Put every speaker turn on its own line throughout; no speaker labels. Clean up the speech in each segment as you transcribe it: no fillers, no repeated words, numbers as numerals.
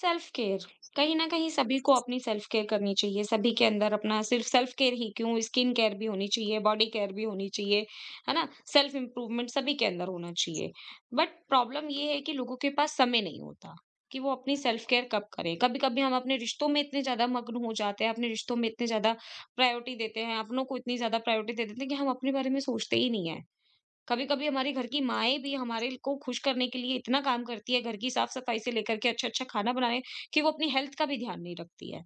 Self care कहीं न कहीं सभी को अपनी सेल्फ केयर करनी चाहिए। सभी के अंदर अपना सिर्फ़ सेल्फ केयर ही क्यों स्किन केयर भी होनी चाहिए, बॉडी केयर भी होनी चाहिए, है ना? सेल्फ इम्प्रूवमेंट सभी के अंदर होना चाहिए। बट प्रॉब्लम ये है कि लोगों के पास समय नहीं होता कि वो अपनी सेल्फ केयर कब करें। कभी-कभी हम अपने रिश्तों में इतने ज़्यादा मग्न हो जाते हैं, अपने रिश्तों में इतने ज़्यादा प्रायोरिटी देते हैं, अपनों को इतनी ज़्यादा प्रायोरिटी दे देते हैं कि हम अपने बारे में सोचते ही नहीं है। कभी-कभी हमारे घर की माएँ भी हमारे ल को खुश करने के लिए इतना काम करती है, घर की साफ-सफाई से लेकर के अच्छा-अच्छा खाना बनाने, कि वो अपनी हेल्थ का भी ध्यान नहीं रखती है।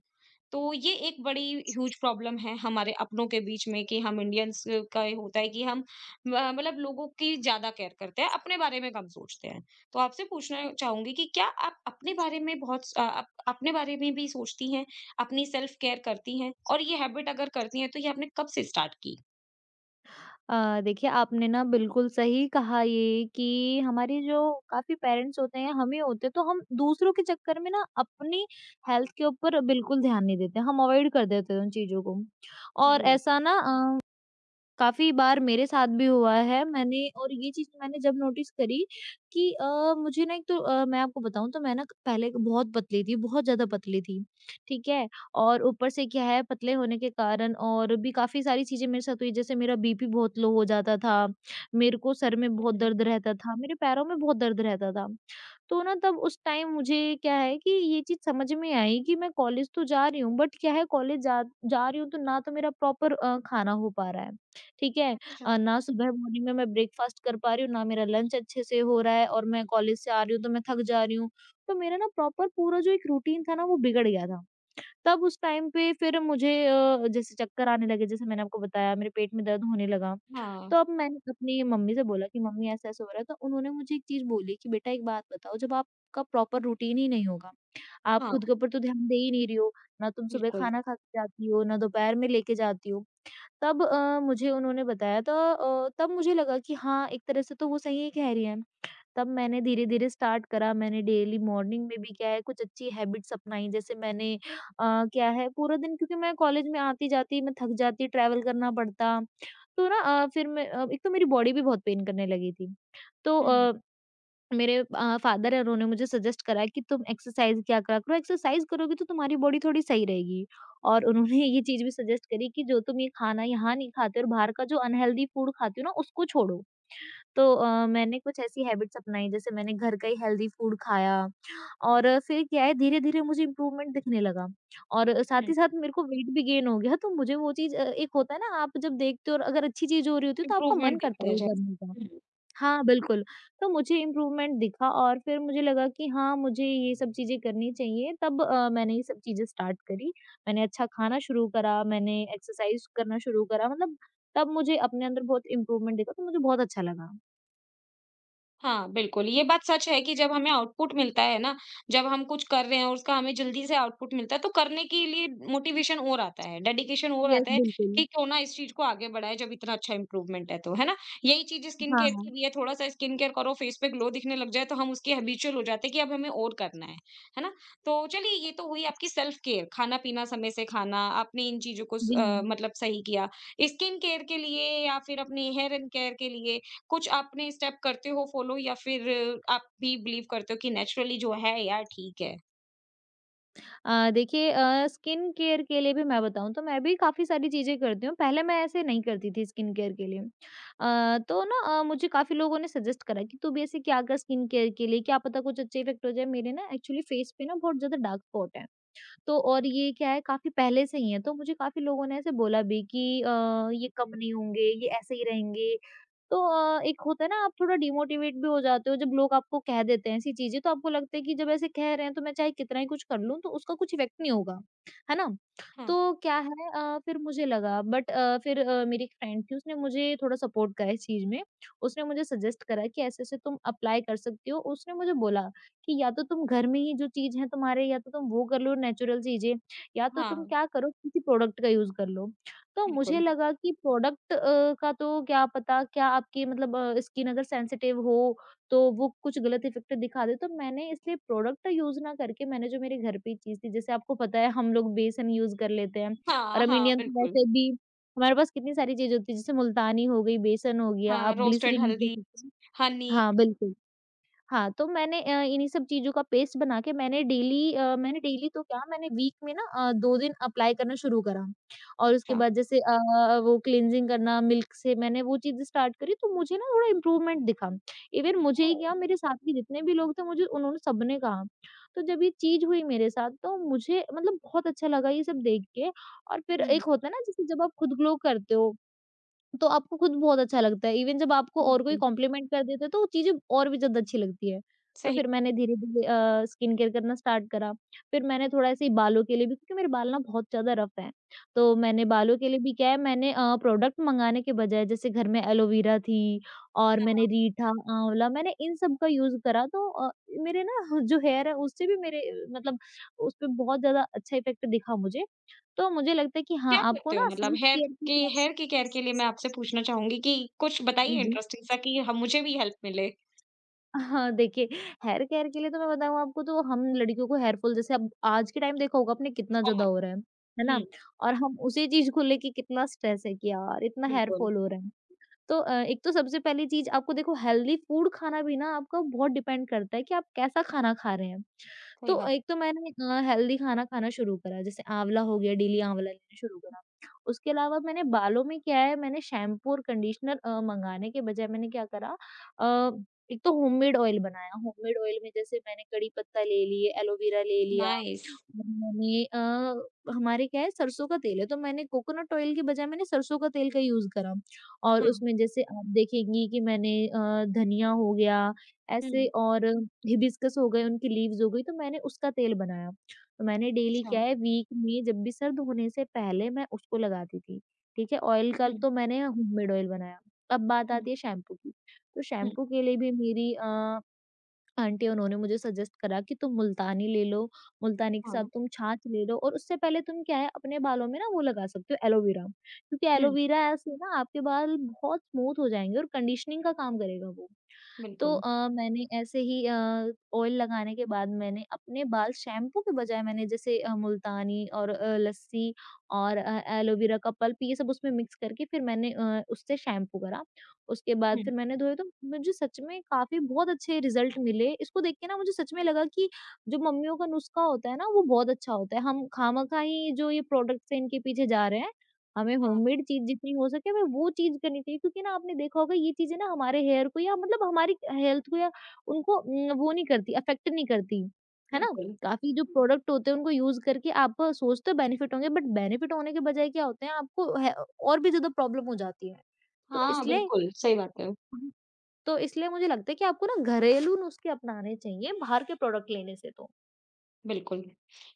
तो ये एक बड़ी ह्यूज प्रॉब्लम है हमारे अपनों के बीच में कि हम इंडियंस का ये होता है कि हम म मतलब लोगों की ज़्यादा केयर करते हैं, अपने बारे में कम सोचते हैं। तो आपसे पूछना चाहूँगी कि क्या आप अपने बारे में बहुत स अ, अप अपने बारे में भी सोचती हैं, अपनी सेल्फ केयर करती हैं? और ये हैबिट अगर करती हैं, तो ये आपने कब से स्टार्ट की?
देखिए आपने ना बिल्कुल सही कहा ये कि हमारी जो काफ़ी पेरेंट्स होते हैं, हम ही होते हैं तो हम दूसरों के चक्कर में ना अपनी हेल्थ के ऊपर बिल्कुल ध्यान नहीं देते, हम अवॉइड कर देते हैं उन चीज़ों को। और
जी।
ऐसा ना काफ़ी बार मेरे साथ भी हुआ है। मैंने और ये चीज़ मैंने जब नोटिस करी कि मुझे ना एक तो मैं आपको बताऊँ तो मैं ना पहले बहुत पतली थी, बहुत ज़्यादा पतली थी, ठीक है? और ऊपर से क्या है पतले होने के कारण और भी काफ़ी सारी चीज़ें मेरे साथ हुई जैसे मेरा बीपी बहुत लो हो जाता था, मेरे को सर में बहुत
हुँ।
दर्द रहता था, मेरे पैरों में बहुत दर्द रहता था। तो ना तब उस टाइम मुझे क्या है कि ये चीज़ समझ में आई कि मैं कॉलेज तो जा रही हूँ बट क्या है कॉलेज जा जा रही हूँ तो ना तो मेरा प्रॉपर खाना हो पा रहा है, ठीक है?
अच्छा।
ना सुबह मॉर्निंग में मैं ब्रेकफ़ास्ट कर पा रही हूँ, ना मेरा लंच अच्छे से हो रहा है और मैं कॉलेज से आ रही हूँ तो मैं थक जा रही हूँ। तो मेरा ना प्रॉपर पूरा जो एक रूटीन था ना वो बिगड़ गया था। तब उस टाइम पे फिर मुझे जैसे चक्कर आने लगे जैसे मैंने आपको बताया मेरे पेट में दर्द होने लगा।
हाँ।
तो अब मैंने अपनी मम्मी से बोला कि मम्मी ऐसा-ऐसा हो रहा है, तो उन्होंने मुझे एक चीज़ बोली कि बेटा एक बात बताओ जब आपका प्रॉपर रूटीन ही नहीं होगा, आप
हाँ,
खुद के ऊपर तो ध्यान दे ही नहीं रही हो, ना तुम सुबह
बिल्कुल।
खाना खा के जाती हो, ना दोपहर में लेके जाती हो। तब मुझे उन्होंने बताया तो तब मुझे लगा कि हाँ, एक तरह से तो वो सही ही कह रही हैं। तब मैंने धीरे-धीरे स्टार्ट करा, मैंने डेली मॉर्निंग में भी क्या है कुछ अच्छी हैबिट्स अपनाई, जैसे मैंने क्या है पूरा दिन क्योंकि मैं कॉलेज में आती-जाती मैं थक जाती, ट्रैवल करना पड़ता, तो ना फिर मैं एक तो मेरी बॉडी भी बहुत पेन करने लगी थी। तो
हुँ।
मेरे फादर हैं उन्होंने मुझे सजेस्ट करा कि तुम एक्सरसाइज़ किया करा करो, एक्सरसाइज़ करोगी तो तुम्हारी बॉडी थोड़ी सही रहेगी। और उन्होंने ये चीज़ भी सजेस्ट करी कि जो तुम ये खाना यहाँ नहीं खाते और बाहर का जो अनहेल्दी फूड खाते हो ना उसको छोड़ो। तो मैंने कुछ ऐसी हैबिट्स अपनाई जैसे मैंने घर का ही हेल्दी फूड खाया और फिर क्या है धीरे-धीरे मुझे इम्प्रूवमेंट दिखने लगा और साथ
हुँ,
ही साथ मेरे को वेट भी गेन हो गया तो मुझे वो चीज़ एक होता है ना आप जब देखते हो और अगर अच्छी चीज़ हो रही होती है तो आपका मन
इम्प्रूवमेंट
करता
दिखता
है
है,
वो
जा
करने का।
हुँ।
हाँ, बिल्कुल। तो मुझे इम्प्रूवमेंट दिखा और फिर मुझे लगा कि हाँ, मुझे ये सब चीज़ें करनी चाहिए तब मैंने ये सब चीज़ें स्टार्ट करी। मैंने अच्छा खाना शुरू करा, मैंने एक्सरसाइज़ करना शुरू करा मतलब तब मुझे अपने अंदर बहुत इम्प्रूवमेंट दिखा तो मुझे बहुत अच्छा लगा।
हाँ, बिल्कुल, ये बात सच है कि जब हमें आउटपुट मिलता है ना, जब हम कुछ कर रहे हैं और उसका हमें जल्दी से आउटपुट मिलता है, तो करने के लिए मोटिवेशन और आता है, डेडिकेशन और
यस,
आता है
बिल्कुल।
कि क्यों ना इस चीज़ को आगे बढ़ाएँ जब इतना अच्छा इम्प्रूवमेंट है तो, है ना? यही चीज़ स्किन केयर की
हाँ,
भी है, थोड़ा-सा स्किन केयर करो, फेस पे ग्लो दिखने लग जाए, तो हम उसके हैबिचुअल हो जाते हैं कि अब हमें और करना है ना? तो चलिए ये तो हुई आपकी सेल्फ केयर, खाना-पीना समय से खाना, आपने इन चीज़ों को
जी।
मतलब सही किया। स्किन केयर के लिए या फिर अपनी हेयर एंड केयर के लिए कुछ आपने स्टेप करते हो फॉलो या फिर आप भी बिलीव करते हो कि नेचुरली जो है यार ठीक है?
देखिए स्किन केयर के लिए भी मैं बताऊँ तो मैं भी काफ़ी सारी चीज़ें करती हूँ, पहले मैं ऐसे नहीं करती थी स्किन केयर के लिए। तो ना मुझे काफ़ी लोगों ने सजेस्ट करा कि तू भी ऐसे क्या कर स्किन केयर के लिए, क्या पता कुछ अच्छे इफ़ेक्ट हो जाए। मेरे ना एक्चुअली फेस पे ना बहुत ज़्यादा डार्क स्पॉट है। तो और ये क्या है काफ़ी पहले से ही है, तो मुझे काफ़ी लोगों ने ऐसे बोला भी कि ये कम नहीं होंगे, ये ऐसे ही रहेंगे। तो एक होता है ना आप थोड़ा डिमोटिवेट भी हो जाते हो जब लोग आपको कह देते हैं ऐसी चीज़ें, तो आपको लगता है कि जब ऐसे कह रहे हैं तो मैं चाहे कितना ही कुछ कर लूँ तो उसका कुछ इफ़ेक्ट नहीं होगा, है ना?
हाँ।
तो क्या है फिर मुझे लगा बट फिर मेरी एक फ्रेंड थी उसने मुझे थोड़ा सपोर्ट करा इस चीज़ में। उसने मुझे सजेस्ट करा कि ऐसे-ऐसे तुम अप्लाई कर सकती हो, उसने मुझे बोला कि या तो तुम घर में ही जो चीज़ है तुम्हारे या तो तुम वो कर लो नेचुरल चीज़ें, या तो तुम
हाँ,
क्या करो किसी प्रोडक्ट का यूज़ कर लो। तो मुझे
बिल्कुल।
लगा कि प्रोडक्ट का तो क्या पता क्या आपकी मतलब स्किन अगर सेंसिटिव हो, तो वो कुछ गलत इफ़ेक्ट दिखा दे, तो मैंने इसलिए प्रोडक्ट यूज़ ना करके मैंने जो मेरे घर पे ही चीज़ थी, जैसे आपको पता है हम लोग बेसन यूज़ कर लेते हैं और
हाँ,
हम
हाँ,
इंडियंस
बिल्कुल।
वैसे भी हमारे पास कितनी सारी चीज़ होती है, जैसे मुल्तानी हो गई, बेसन हो गया,
हाँ,
आप
रोस्टेड
ग्लिसरीन।
हल्दी, हनी।
हाँ, बिल्कुल। हाँ, तो मैंने इन्हीं सब चीज़ों का पेस्ट बना के मैंने डेली तो क्या मैंने वीक में ना 2 दिन अप्लाई करना शुरू करा और उसके
अच्छा।
बाद जैसे वो क्लींजिंग करना मिल्क से मैंने वो चीज़ें स्टार्ट करी तो मुझे ना थोड़ा इम्प्रूवमेंट दिखा। इवन मुझे ही
ओह!
क्या मेरे साथ के जितने भी लोग थे मुझे उन्होंने सबने कहा। तो जब ये चीज़ हुई मेरे साथ तो मुझे मतलब बहुत अच्छा लगा ये सब देख के और फिर
हुँ,
एक होता है ना जैसे जब आप खुद ग्लो करते हो तो आपको खुद बहुत अच्छा लगता है। इवन जब आपको और कोई
बिल्कुल,
कॉम्प्लीमेंट कर देता है तो वो चीज़ें और भी ज़्यादा अच्छी लगती है। तो
सही।
फिर मैंने धीरे-धीरे स्किन केयर करना स्टार्ट करा। फिर मैंने थोड़ा ऐसे ही बालों के लिए भी क्योंकि मेरे बाल ना बहुत ज़्यादा रफ़ हैं। तो मैंने बालों के लिए भी क्या है मैंने प्रोडक्ट मँगाने के बजाय जैसे घर में एलोवेरा थी और
हाँ,
मैंने रीठा, आंवला मैंने इन सब का यूज़ करा तो मेरे ना जो हेयर है उससे भी मेरे मतलब उस पे बहुत ज़्यादा अच्छा इफ़ेक्ट दिखा मुझे। तो मुझे लगता है कि हाँ,
क्या
आपको
करते हो
ना
मतलब
सेल्फ केयर के साथ।
हेयर की केयर के लिए मैं आपसे पूछना चाहूँगी कि कुछ
जी,
बताइए
जी।
इंटरेस्टिंग सा कि हम मुझे भी हेल्प मिले।
हाँ, देखिए हेयर केयर के लिए तो मैं बताऊँ आपको तो हम लड़कियों को हेयर फॉल जैसे अब आज के टाइम देखा होगा आपने कितना ज़्यादा
कॉमन।
हो रहा है
हुँ,
ना? और हम उसी चीज़ को लेके कितना स्ट्रेस है कि यार इतना हेयर
बिल्कुल,
फॉल हो रहा है। तो एक तो सबसे पहली चीज़ आपको देखो हेल्दी फूड खाना भी ना आपका बहुत डिपेंड करता है कि आप कैसा खाना खा रहे हैं।
सही
तो
बात।
एक तो मैंने हेल्दी खाना खाना शुरू करा जैसे आँवला हो गया, डेली आँवला लेना शुरू करा। उसके अलावा मैंने बालों में क्या है मैंने शैम्पू और कंडीशनर मंगाने के बजाय मैंने क्या करा अ, एक तो होममेड ऑयल बनाया। होममेड ऑयल में जैसे मैंने कड़ी पत्ता ले लिए, एलोवेरा ले लिया,
नाइस।
और मैंने हमारे क्या है सरसों का तेल है तो मैंने कोकोनट ऑयल के बजाय मैंने सरसों का तेल का यूज़ करा। और
हाँ।
उसमें जैसे आप देखेंगी कि मैंने धनिया हो गया ऐसे
हुँ।
और हिबिस्कस हो गए, उनकी लीव्स हो गई, तो मैंने उसका तेल बनाया। तो मैंने डेली
अच्छा।
क्या है वीक में जब भी सर्द होने से पहले मैं उसको लगाती थी, ठीक है? ऑयल का
हुँ।
तो मैंने होममेड ऑयल बनाया। अब बात
हुँ।
आती है शैम्पू की। तो
हुँ।
शैम्पू के लिए भी मेरी आंटी उन्होंने मुझे सजेस्ट करा कि तुम मुल्तानी ले लो, मुल्तानी के साथ
हाँ।
तुम छाछ ले लो और उससे पहले तुम क्या है अपने बालों में ना वो लगा सकते हो एलोवेरा, क्योंकि
हुँ,
एलोवेरा से ना आपके बाल बहुत स्मूथ हो जाएँगे और कंडीशनिंग का काम करेगा वो। तो
बिल्कुल।
मैंने ऐसे ही ऑयल लगाने के बाद मैंने अपने बाल शैम्पू के बजाय मैंने जैसे मुल्तानी और लस्सी और एलोवेरा का पल्प ये सब उसमें मिक्स करके फिर मैंने उससे शैम्पू करा। उसके बाद
हुँ।
फिर मैंने धोए तो मुझे सच में काफ़ी बहुत अच्छे रिज़ल्ट मिले। इसको देख के ना मुझे सच में लगा कि जो मम्मियों का नुस्खा होता है ना वो बहुत अच्छा होता है। हम खामखा ही जो ये प्रोडक्ट्स हैं इनके पीछे जा रहे हैं हमें
हाँ।
होममेड चीज़ जितनी हो सके हमें वो चीज़ करनी चाहिए क्योंकि ना आपने देखा होगा ये चीज़ें ना हमारे हेयर को या मतलब हमारी हेल्थ को या उनको वो नहीं करती, अफ़ेक्ट नहीं करती, है ना?
बिल्कुल।
काफ़ी जो प्रोडक्ट होते हैं उनको यूज़ करके आप सोचते हो बेनिफिट होंगे, बट बेनिफिट होने के बजाय क्या होते हैं आपको, है और भी ज़्यादा प्रॉब्लम हो जाती है। तो
हाँ,
इसलिए
बिल्कुल, सही बात है।
तो इसलिए मुझे लगता है कि आपको ना घरेलू नुस्खे अपनाने चाहिए बाहर के प्रोडक्ट लेने से, तो
बिल्कुल,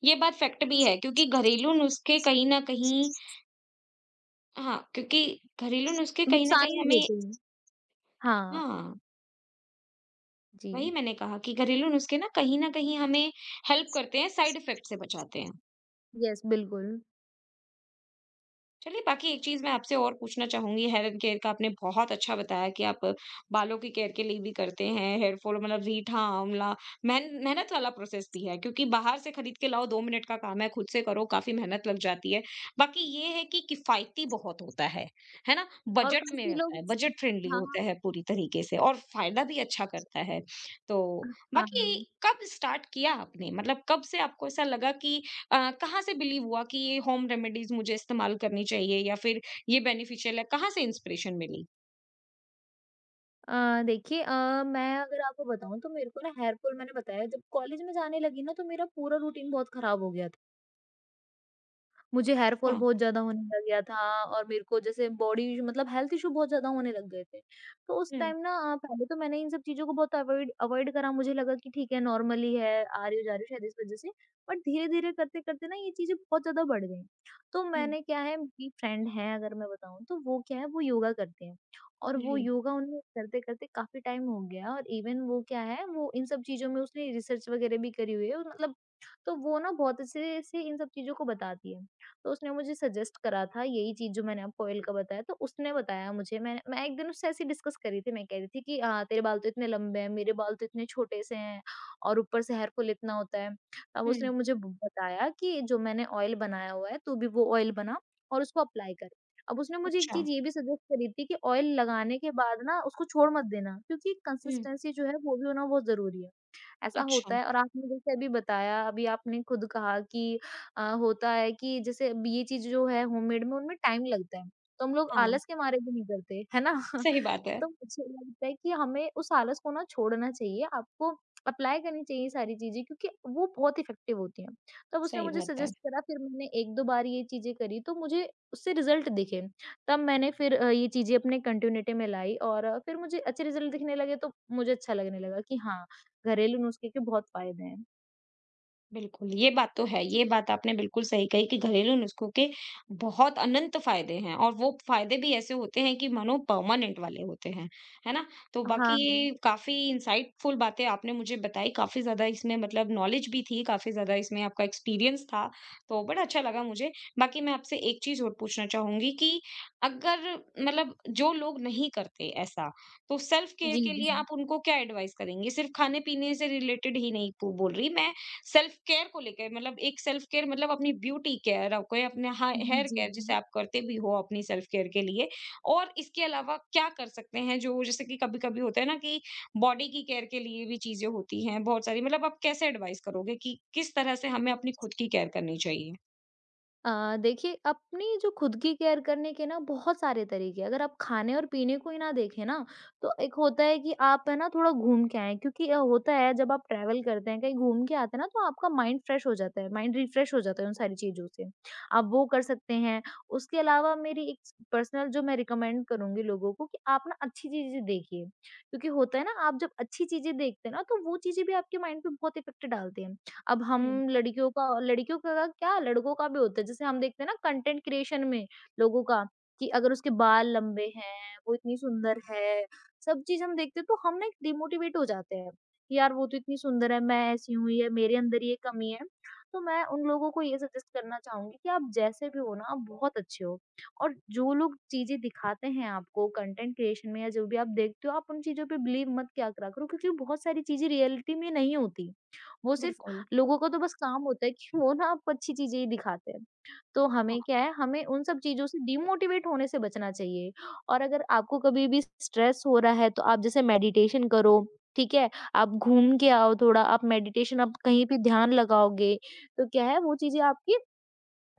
ये बात फैक्ट भी है क्योंकि घरेलू नुस्खे कहीं न कहीं, हाँ, क्योंकि घरेलू नुस्खे कहीं न
नुकसान
कहीं
नहीं
हमें,
देते हैं। हाँ,
हाँ,
जी।
वही मैंने कहा कि घरेलू नुस्खे ना कहीं न कहीं हमें हेल्प करते हैं, साइड इफ़ेक्ट से बचाते हैं।
यस, बिल्कुल।
चलिए बाकी एक चीज़ मैं आपसे और पूछना चाहूँगी, हेयर एंड केयर का आपने बहुत अच्छा बताया कि आप बालों की केयर के लिए भी करते हैं, हेयर फॉल मतलब रीठा, आंवला, मेहनत वाला प्रोसेस भी है क्योंकि बाहर से खरीद के लाओ 2 मिनट का काम है, खुद से करो काफ़ी मेहनत लग जाती है। बाकी ये है कि किफ़ायती बहुत होता है ना?
और
बजट में
काफ़ी
होता
लोग।
है, बजट फ्रेंडली
हाँ,
होता है पूरी तरीके से और फ़ायदा भी अच्छा करता है। तो बाकी
हाँ।
कब स्टार्ट किया आपने? मतलब कब से आपको ऐसा लगा कि कहाँ से बिलीव हुआ कि ये होम रेमेडीज मुझे इस्तेमाल करनी चाहिए या फिर ये बेनिफिशियल है? कहाँ से इंस्पिरेशन मिली?
देखिए, मैं अगर आपको बताऊँ तो मेरे को ना हेयर फ़ॉल, मैंने बताया जब कॉलेज में जाने लगी ना तो मेरा पूरा रूटीन बहुत ख़राब हो गया था। मुझे हेयर फॉल
अच्छा।
बहुत ज़्यादा होने लग गया था और मेरे को जैसे बॉडी इश्यू मतलब हेल्थ इश्यू बहुत ज़्यादा होने लग गए थे। तो उस
हुँ।
टाइम ना पहले तो मैंने इन सब चीज़ों को बहुत अवॉइड अवॉइड करा, मुझे लगा कि ठीक है नॉर्मल ही है, आ रही हो जा रही हो शायद इस वज़ह से। बट धीरे-धीरे करते-करते ना ये चीज़ें बहुत ज़्यादा बढ़ गईं। तो
हुँ।
मैंने क्या है, मेरी फ्रेंड है, अगर मैं बताऊँ तो वो क्या है, वो योगा करते हैं और वो
जी।
योगा उन्हें करते-करते काफ़ी टाइम हो गया और इवन वो क्या है वो इन सब चीज़ों में उसने रिसर्च वग़ैरह भी करी हुई है और मतलब, तो वो ना बहुत अच्छे से इन सब चीज़ों को बताती है। तो उसने मुझे सजेस्ट करा था यही चीज़ जो मैंने आपको ऑयल का बताया, तो उसने बताया मुझे, मैं एक दिन उससे ऐसे ही डिस्कस कर रही थी, मैं कह रही थी कि तेरे बाल तो इतने लंबे हैं, मेरे बाल तो इतने छोटे से हैं और ऊपर से हेयर फॉल इतना होता है। तब
हुँ।
उसने मुझे ब बताया कि जो मैंने ऑयल बनाया हुआ है, तू भी वो ऑयल बना और उसको अप्लाई कर। अब उसने मुझे एक
अच्छा।
चीज़ ये भी सजेस्ट करी थी कि ऑयल लगाने के बाद ना उसको छोड़ मत देना क्योंकि
हुँ।
कंसिस्टेंसी जो है वो भी होना बहुत ज़रूरी है। ऐसा
अच्छा।
होता है और आपने जैसे अभी बताया, अभी आपने खुद कहा कि होता है कि जैसे अब ये चीज़ जो है होममेड में उनमें टाइम लगता है, तो हम लोग
हाँ,
आलस के मारे भी नहीं करते, है ना?
सही बात है,
तो मुझे लगता है कि हमें उस आलस को ना छोड़ना चाहिए, आपको अप्लाई करनी चाहिए ये सारी चीज़ें क्योंकि वो बहुत इफ़ेक्टिव होती हैं। तब उसने
सही
मुझे
बात है।
सजेस्ट करा, फिर मैंने 1-2 बार ये चीज़ें करी तो मुझे उससे रिज़ल्ट दिखे। तब मैंने फिर ये चीज़ें अपने कंटिन्यूटी में लाई और फिर मुझे अच्छे रिज़ल्ट दिखने लगे तो मुझे अच्छा लगने लगा कि हाँ, घरेलू नुस्खे के बहुत फ़ायदे हैं।
बिल्कुल, ये बात तो है। ये बात आपने बिल्कुल सही कही कि घरेलू नुस्खों के बहुत अनंत फ़ायदे हैं और वो फ़ायदे भी ऐसे होते हैं कि मानो परमानेंट वाले होते हैं, है ना? तो
हाँ,
बाकी ये
हाँ।
काफ़ी इंसाइटफुल बातें आपने मुझे बताई, काफ़ी ज़्यादा इसमें मतलब नॉलेज भी थी, काफ़ी ज़्यादा इसमें आपका एक्सपीरियंस था, तो बड़ा अच्छा लगा मुझे। बाकी मैं आपसे एक चीज़ और पूछना चाहूँगी कि अगर मतलब जो लोग नहीं करते ऐसा, तो सेल्फ केयर
जी,
के
जी।
लिए आप उनको क्या एडवाइस करेंगे? सिर्फ़ खाने-पीने से रिलेटेड ही नहीं पू बोल रही मैं सेल्फ केयर को लेके मतलब एक सेल्फ केयर मतलब अपनी ब्यूटी केयर आपको या अपने
जी,
हेयर
जी,
केयर जिसे
जी।
आप करते भी हो अपनी सेल्फ केयर के लिए और इसके अलावा क्या कर सकते हैं जो जैसे कि कभी कभी होता है ना कि बॉडी की केयर के लिए भी चीजें होती हैं बहुत सारी मतलब आप कैसे एडवाइस करोगे कि किस तरह से हमें अपनी खुद की केयर करनी चाहिए?
देखिए, अपनी जो खुद की केयर करने के ना बहुत सारे तरीके हैं। अगर आप खाने और पीने को ही ना देखें ना, तो एक होता है कि आप, है ना, थोड़ा घूम के आएँ क्योंकि होता है जब आप ट्रैवल करते हैं, कहीं घूम के आते हैं ना तो आपका माइंड फ्रेश हो जाता है, माइंड रिफ्रेश हो जाता है उन सारी चीज़ों से। आप वो कर सकते हैं। उसके अलावा मेरी एक पर्सनल, जो मैं रिकमेंड करूँगी लोगों को, कि आप ना अच्छी चीज़ें देखिए, क्योंकि होता है ना आप जब अच्छी चीज़ें देखते हैं ना तो वो चीज़ें भी आपके माइंड पे बहुत इफ़ेक्ट डालती हैं। अब हम
हम्म।
लड़कियों का, लड़कियों का क्या लड़कों का भी होता है, जैसे हम देखते हैं ना कंटेंट क्रिएशन में लोगों का, कि अगर उसके बाल लंबे हैं, वो इतनी सुंदर है, सब चीज हम देखते हैं तो हम ना एक डिमोटिवेट हो जाते हैं कि यार, वो तो इतनी सुंदर है, मैं ऐसी हूँ या मेरे अंदर ये कमी है। तो मैं उन लोगों को ये सजेस्ट करना चाहूंगी कि आप जैसे भी हो ना, आप बहुत अच्छे हो। और जो लोग चीजें दिखाते हैं आपको कंटेंट क्रिएशन में, या जो भी आप देखते हो, आप उन चीजों पे बिलीव मत क्या करा करो क्योंकि बहुत सारी चीजें रियलिटी में नहीं होती, वो सिर्फ,
बिल्कुल।
लोगों का तो बस काम होता है कि वो ना आपको अच्छी चीज़ें ही दिखाते हैं। तो
हाँ,
हमें क्या है, हमें उन सब चीज़ों से डिमोटिवेट होने से बचना चाहिए। और अगर आपको कभी भी स्ट्रेस हो रहा है तो आप जैसे मेडिटेशन करो, ठीक है? आप घूम के आओ थोड़ा, आप मेडिटेशन, आप कहीं भी ध्यान लगाओगे, तो क्या है वो चीज़ें आपकी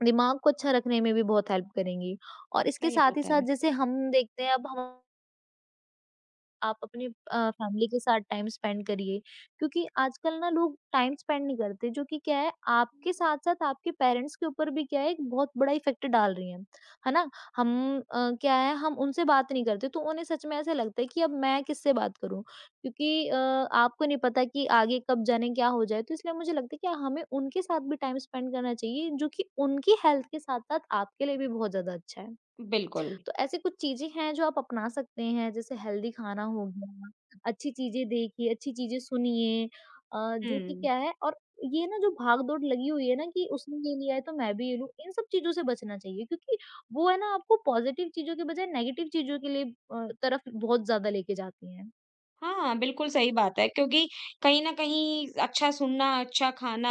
दिमाग को अच्छा रखने में भी बहुत हेल्प करेंगी। और इसके
सही
साथ ही साथ
बताया।
जैसे हम देखते हैं अब हम आप अपने फैमिली के साथ टाइम स्पेंड करिए। क्योंकि आजकल ना लोग टाइम स्पेंड नहीं करते जो कि क्या है आपके साथ-साथ आपके पेरेंट्स के ऊपर भी क्या है एक बहुत बड़ा इफ़ेक्ट डाल रही हैं। है ना? हम क्या है, हम उनसे बात नहीं करते तो उन्हें सच में ऐसा लगता है कि अब मैं किससे बात करूँ? क्योंकि आपको नहीं पता कि आगे कब जाने क्या हो जाए, तो इसलिए मुझे लगता है कि हमें उनके साथ भी टाइम स्पेंड करना चाहिए जो कि उनकी हेल्थ के साथ-साथ आपके लिए भी बहुत ज़्यादा अच्छा है।
बिल्कुल।
तो ऐसी कुछ चीज़ें हैं जो आप अपना सकते हैं जैसे हेल्दी खाना हो गया, अच्छी चीज़ें देखिए, अच्छी चीज़ें सुनिए, जो कि
हम्म।
क्या है, और ये ना जो भाग-दौड़ लगी हुई है ना कि उसने ये लिया है तो मैं भी ये लूँ, इन सब चीज़ों से बचना चाहिए क्योंकि वो, है ना, आपको पॉज़िटिव चीज़ों के बजाय नेगेटिव चीज़ों के लिए तरफ बहुत ज़्यादा लेके जाती हैं।
हाँ, बिल्कुल सही बात है क्योंकि कहीं न कहीं अच्छा सुनना, अच्छा खाना,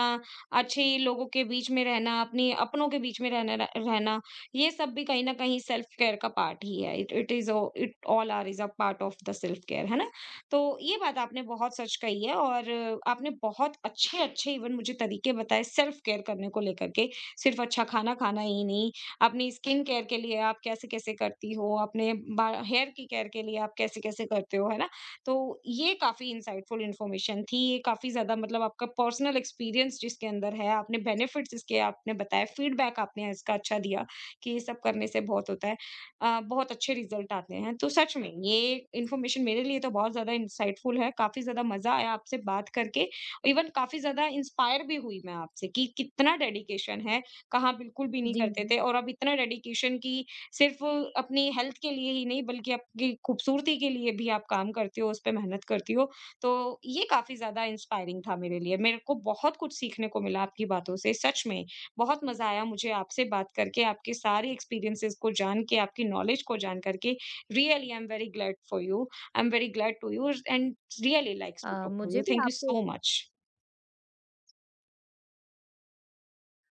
अच्छे लोगों के बीच में रहना, अपने अपनों के बीच में रहना, ये सब भी कहीं न कहीं सेल्फ केयर का पार्ट ही है। It it is a it all are is a part of the self care, है ना? तो ये बात आपने बहुत सच कही है और आपने बहुत अच्छे-अच्छे इवन मुझे तरीके बताए सेल्फ केयर करने को लेकर के, सिर्फ़ अच्छा खाना खाना ही नहीं, अपनी स्किन केयर के लिए आप कैसे-कैसे करती हो, अपने बा हेयर की केयर के लिए आप कैसे-कैसे करते हो, है ना? तो ये काफ़ी इनसाइटफुल इन्फॉर्मेशन थी, ये काफ़ी ज़्यादा मतलब आपका पर्सनल एक्सपीरियंस जिसके अंदर है, आपने बेनिफिट्स इसके आपने बताए, फीडबैक आपने इसका अच्छा दिया कि ये सब करने से बहुत होता है। बहुत अच्छे रिजल्ट आते हैं। तो सच में ये इन्फॉर्मेशन मेरे लिए तो बहुत ज़्यादा इनसाइटफुल है, काफ़ी ज़्यादा मज़ा आया आपसे बात करके। इवन काफ़ी ज़्यादा इंस्पायर भी हुई मैं आपसे कि कितना डेडिकेशन है, कहाँ बिल्कुल भी नहीं
जी,
करते
जी।
थे और अब इतना डेडिकेशन की सिर्फ़ अपनी हेल्थ के लिए ही नहीं बल्कि आपकी खूबसूरती के लिए भी आप काम करती हो, उस पे मेहनत करती हो। तो ये काफ़ी ज़्यादा इंस्पायरिंग था मेरे लिए। मेरे को बहुत कुछ सीखने को मिला आपकी बातों से, सच में। बहुत मज़ा आया मुझे आपसे बात करके, आपके सारे एक्सपीरियंसेस को जान के, आपकी नॉलेज को जान करके। Really I am very glad for you. I am very glad to you and really likes
a,
to talk to you.
मुझे भी
थैंक यू
आपसे
सो मच।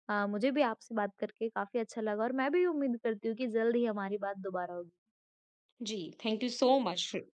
मुझे भी आपसे बात करके काफ़ी अच्छा लगा और मैं भी उम्मीद करती हूँ कि जल्द ही हमारी बात दोबारा होगी।
जी, थैंक यू सो मच।